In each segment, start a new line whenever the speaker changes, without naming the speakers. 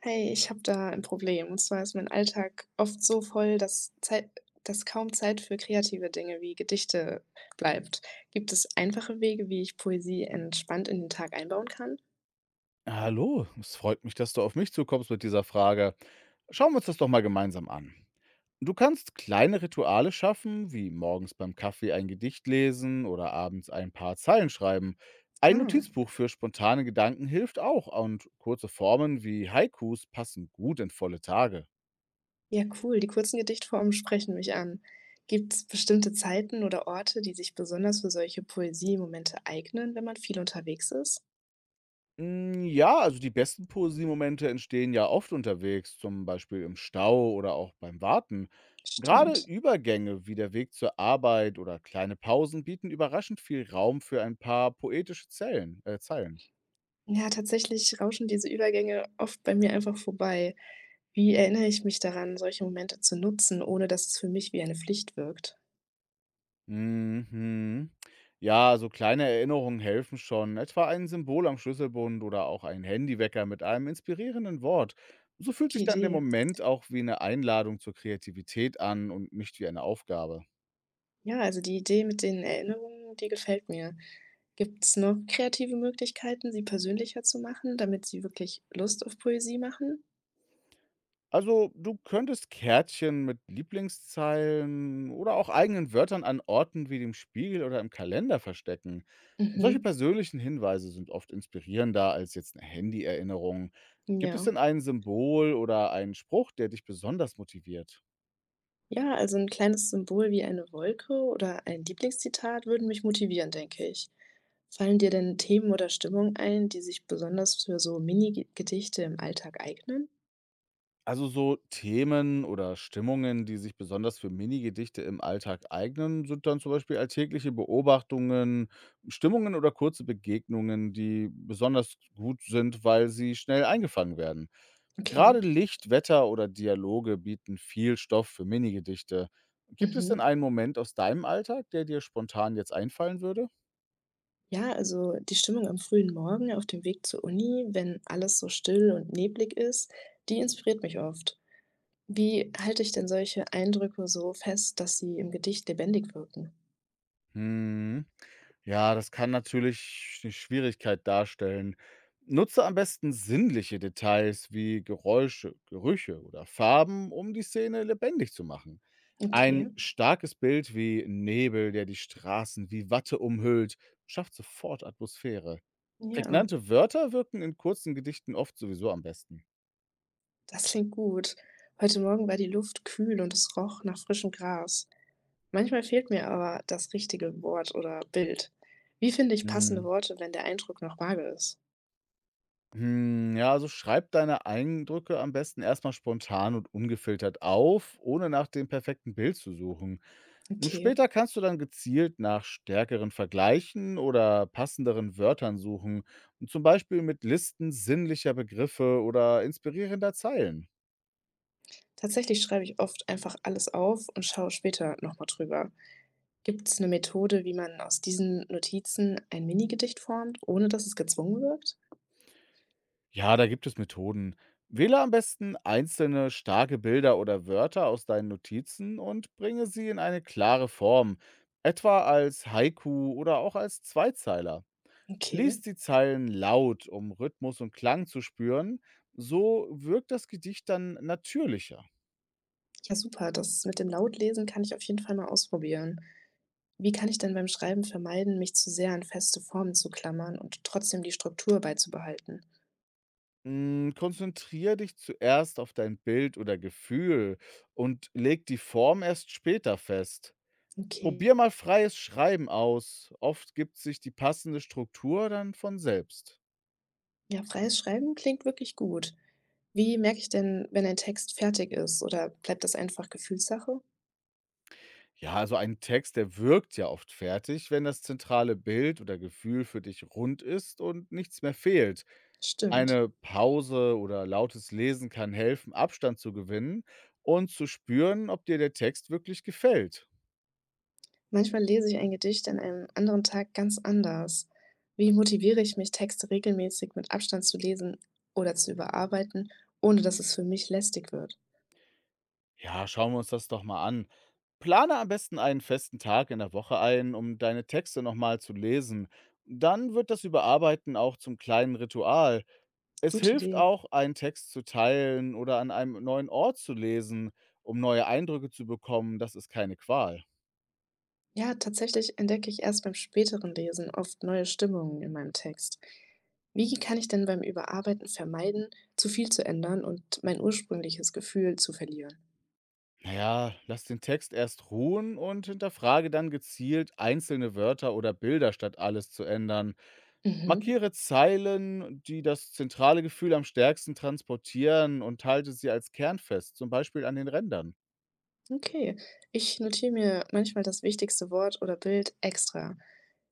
Hey, ich habe da ein Problem. Und zwar ist mein Alltag oft so voll, dass kaum Zeit für kreative Dinge wie Gedichte bleibt. Gibt es einfache Wege, wie ich Poesie entspannt in den Tag einbauen kann?
Hallo, es freut mich, dass du auf mich zukommst mit dieser Frage. Schauen wir uns das doch mal gemeinsam an. Du kannst kleine Rituale schaffen, wie morgens beim Kaffee ein Gedicht lesen oder abends ein paar Zeilen schreiben. Ein
Ah,
Notizbuch für spontane Gedanken hilft auch und kurze Formen wie Haikus passen gut in volle Tage.
ja, cool. Die kurzen Gedichtformen sprechen mich an. Gibt es bestimmte Zeiten oder Orte, die sich besonders für solche Poesiemomente eignen, wenn man viel unterwegs ist?
Ja, also die besten Poesiemomente entstehen ja oft unterwegs, zum Beispiel im Stau oder auch beim Warten. Gerade
Stimmt.
Übergänge wie der Weg zur Arbeit oder kleine Pausen bieten überraschend viel Raum für ein paar poetische Zeilen.
Ja, tatsächlich rauschen diese Übergänge oft bei mir einfach vorbei. Wie erinnere ich mich daran, solche Momente zu nutzen, ohne dass es für mich wie eine Pflicht wirkt?
Mhm. Ja, so kleine Erinnerungen helfen schon. Etwa ein Symbol am Schlüsselbund oder auch ein Handywecker mit einem inspirierenden Wort. So fühlt
Gute
sich dann der
Idee.
Moment auch wie eine Einladung zur Kreativität an und nicht wie eine Aufgabe.
Ja, also die Idee mit den Erinnerungen, die gefällt mir. Gibt es noch kreative Möglichkeiten, sie persönlicher zu machen, damit sie wirklich Lust auf Poesie machen?
Also, du könntest Kärtchen mit Lieblingszeilen oder auch eigenen Wörtern an Orten wie dem Spiegel oder im Kalender verstecken. Solche
Mhm.
persönlichen Hinweise sind oft inspirierender als jetzt eine Handy-Erinnerung. Gibt es
Ja.
denn ein Symbol oder einen Spruch, der dich besonders motiviert?
Ja, also ein kleines Symbol wie eine Wolke oder ein Lieblingszitat würden mich motivieren, denke ich. Fallen dir denn Themen oder Stimmungen ein, die sich besonders für so Mini-Gedichte im Alltag eignen?
Also so Themen oder Stimmungen, die sich besonders für Minigedichte im Alltag eignen, sind dann zum Beispiel alltägliche Beobachtungen, Stimmungen oder kurze Begegnungen, die besonders gut sind, weil sie schnell eingefangen werden.
Okay.
Gerade Licht, Wetter oder Dialoge bieten viel Stoff für Minigedichte. Gibt es denn
Mhm.
einen Moment aus deinem Alltag, der dir spontan jetzt einfallen würde?
Ja, also die Stimmung am frühen Morgen auf dem Weg zur Uni, wenn alles so still und neblig ist, die inspiriert mich oft. Wie halte ich denn solche Eindrücke so fest, dass sie im Gedicht lebendig wirken?
Hm. Ja, das kann natürlich 'ne Schwierigkeit darstellen. Nutze am besten sinnliche Details wie Geräusche, Gerüche oder Farben, um die Szene lebendig zu machen. Ein
Okay,
starkes Bild wie Nebel, der die Straßen wie Watte umhüllt, schafft sofort Atmosphäre.
ja.
Prägnante Wörter wirken in kurzen Gedichten oft sowieso am besten.
Das klingt gut. Heute Morgen war die Luft kühl und es roch nach frischem Gras. Manchmal fehlt mir aber das richtige Wort oder Bild. Wie finde ich passende
Hm,
Worte, wenn der Eindruck noch vage ist?
ja, also schreib deine Eindrücke am besten erstmal spontan und ungefiltert auf, ohne nach dem perfekten Bild zu suchen. Und
Okay.
später kannst du dann gezielt nach stärkeren Vergleichen oder passenderen Wörtern suchen, zum Beispiel mit Listen sinnlicher Begriffe oder inspirierender Zeilen.
Tatsächlich schreibe ich oft einfach alles auf und schaue später nochmal drüber. Gibt es eine Methode, wie man aus diesen Notizen ein Minigedicht formt, ohne dass es gezwungen wirkt?
Ja, da gibt es Methoden. Wähle am besten einzelne starke Bilder oder Wörter aus deinen Notizen und bringe sie in eine klare Form, etwa als Haiku oder auch als Zweizeiler.
Okay.
Lies die Zeilen laut, um Rhythmus und Klang zu spüren, so wirkt das Gedicht dann natürlicher.
Ja, super. Das mit dem Lautlesen kann ich auf jeden Fall mal ausprobieren. Wie kann ich denn beim Schreiben vermeiden, mich zu sehr an feste Formen zu klammern und trotzdem die Struktur beizubehalten?
Konzentriere dich zuerst auf dein Bild oder Gefühl und leg die Form erst später fest.
Okay,
Probier mal freies Schreiben aus. Oft gibt sich die passende Struktur dann von selbst.
ja, freies Schreiben klingt wirklich gut. Wie merke ich denn, wenn ein Text fertig ist oder bleibt das einfach Gefühlssache?
Ja, also ein Text, der wirkt ja oft fertig, wenn das zentrale Bild oder Gefühl für dich rund ist und nichts mehr fehlt.
Stimmt.
Eine Pause oder lautes Lesen kann helfen, Abstand zu gewinnen und zu spüren, ob dir der Text wirklich gefällt.
Manchmal lese ich ein Gedicht an einem anderen Tag ganz anders. Wie motiviere ich mich, Texte regelmäßig mit Abstand zu lesen oder zu überarbeiten, ohne dass es für mich lästig wird?
Ja, schauen wir uns das doch mal an. Plane am besten einen festen Tag in der Woche ein, um deine Texte nochmal zu lesen. Dann wird das Überarbeiten auch zum kleinen Ritual. Es
Gute
hilft
Idee.
auch, einen Text zu teilen oder an einem neuen Ort zu lesen, um neue Eindrücke zu bekommen. Das ist keine Qual.
Ja, tatsächlich entdecke ich erst beim späteren Lesen oft neue Stimmungen in meinem Text. Wie kann ich denn beim Überarbeiten vermeiden, zu viel zu ändern und mein ursprüngliches Gefühl zu verlieren?
Naja, lass den Text erst ruhen und hinterfrage dann gezielt einzelne Wörter oder Bilder, statt alles zu ändern.
Mhm.
Markiere Zeilen, die das zentrale Gefühl am stärksten transportieren und halte sie als Kern fest, zum Beispiel an den Rändern.
Okay, ich notiere mir manchmal das wichtigste Wort oder Bild extra.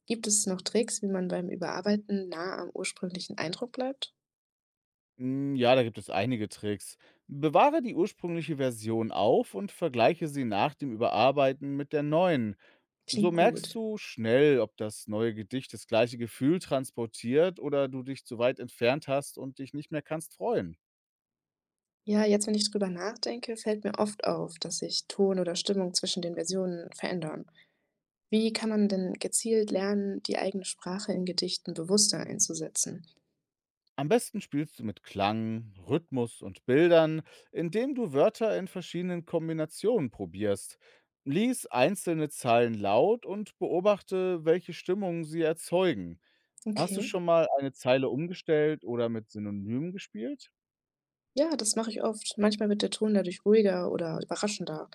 Gibt es noch Tricks, wie man beim Überarbeiten nah am ursprünglichen Eindruck bleibt?
Ja, Da gibt es einige Tricks. Bewahre die ursprüngliche Version auf und vergleiche sie nach dem Überarbeiten mit der neuen. So
Klingt
merkst
gut.
du schnell, ob das neue Gedicht das gleiche Gefühl transportiert oder du dich zu weit entfernt hast und dich nicht mehr kannst freuen.
Ja, jetzt, wenn ich drüber nachdenke, fällt mir oft auf, dass sich Ton oder Stimmung zwischen den Versionen verändern. Wie kann man denn gezielt lernen, die eigene Sprache in Gedichten bewusster einzusetzen?
Am besten spielst du mit Klang, Rhythmus und Bildern, indem du Wörter in verschiedenen Kombinationen probierst. Lies einzelne Zeilen laut und beobachte, welche Stimmung sie erzeugen. Hast du
Okay.
schon mal eine Zeile umgestellt oder mit Synonymen gespielt?
Ja, das mache ich oft. Manchmal wird der Ton dadurch ruhiger oder überraschender.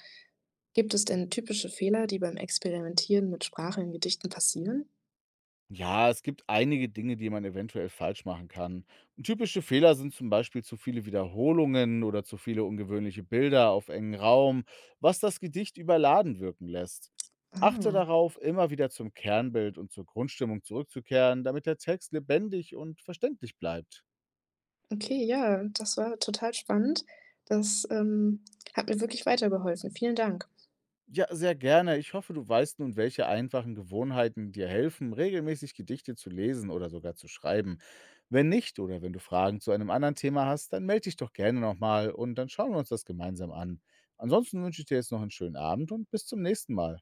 Gibt es denn typische Fehler, die beim Experimentieren mit Sprache in Gedichten passieren?
Ja, es gibt einige Dinge, die man eventuell falsch machen kann. Typische Fehler sind zum Beispiel zu viele Wiederholungen oder zu viele ungewöhnliche Bilder auf engen Raum, was das Gedicht überladen wirken lässt. Achte
Ah,
darauf, immer wieder zum Kernbild und zur Grundstimmung zurückzukehren, damit der Text lebendig und verständlich bleibt.
okay, ja, das war total spannend. Das hat mir wirklich weitergeholfen. Vielen Dank.
Ja, sehr gerne. Ich hoffe, du weißt nun, welche einfachen Gewohnheiten dir helfen, regelmäßig Gedichte zu lesen oder sogar zu schreiben. Wenn nicht oder wenn du Fragen zu einem anderen Thema hast, dann melde dich doch gerne nochmal und dann schauen wir uns das gemeinsam an. Ansonsten wünsche ich dir jetzt noch einen schönen Abend und bis zum nächsten Mal.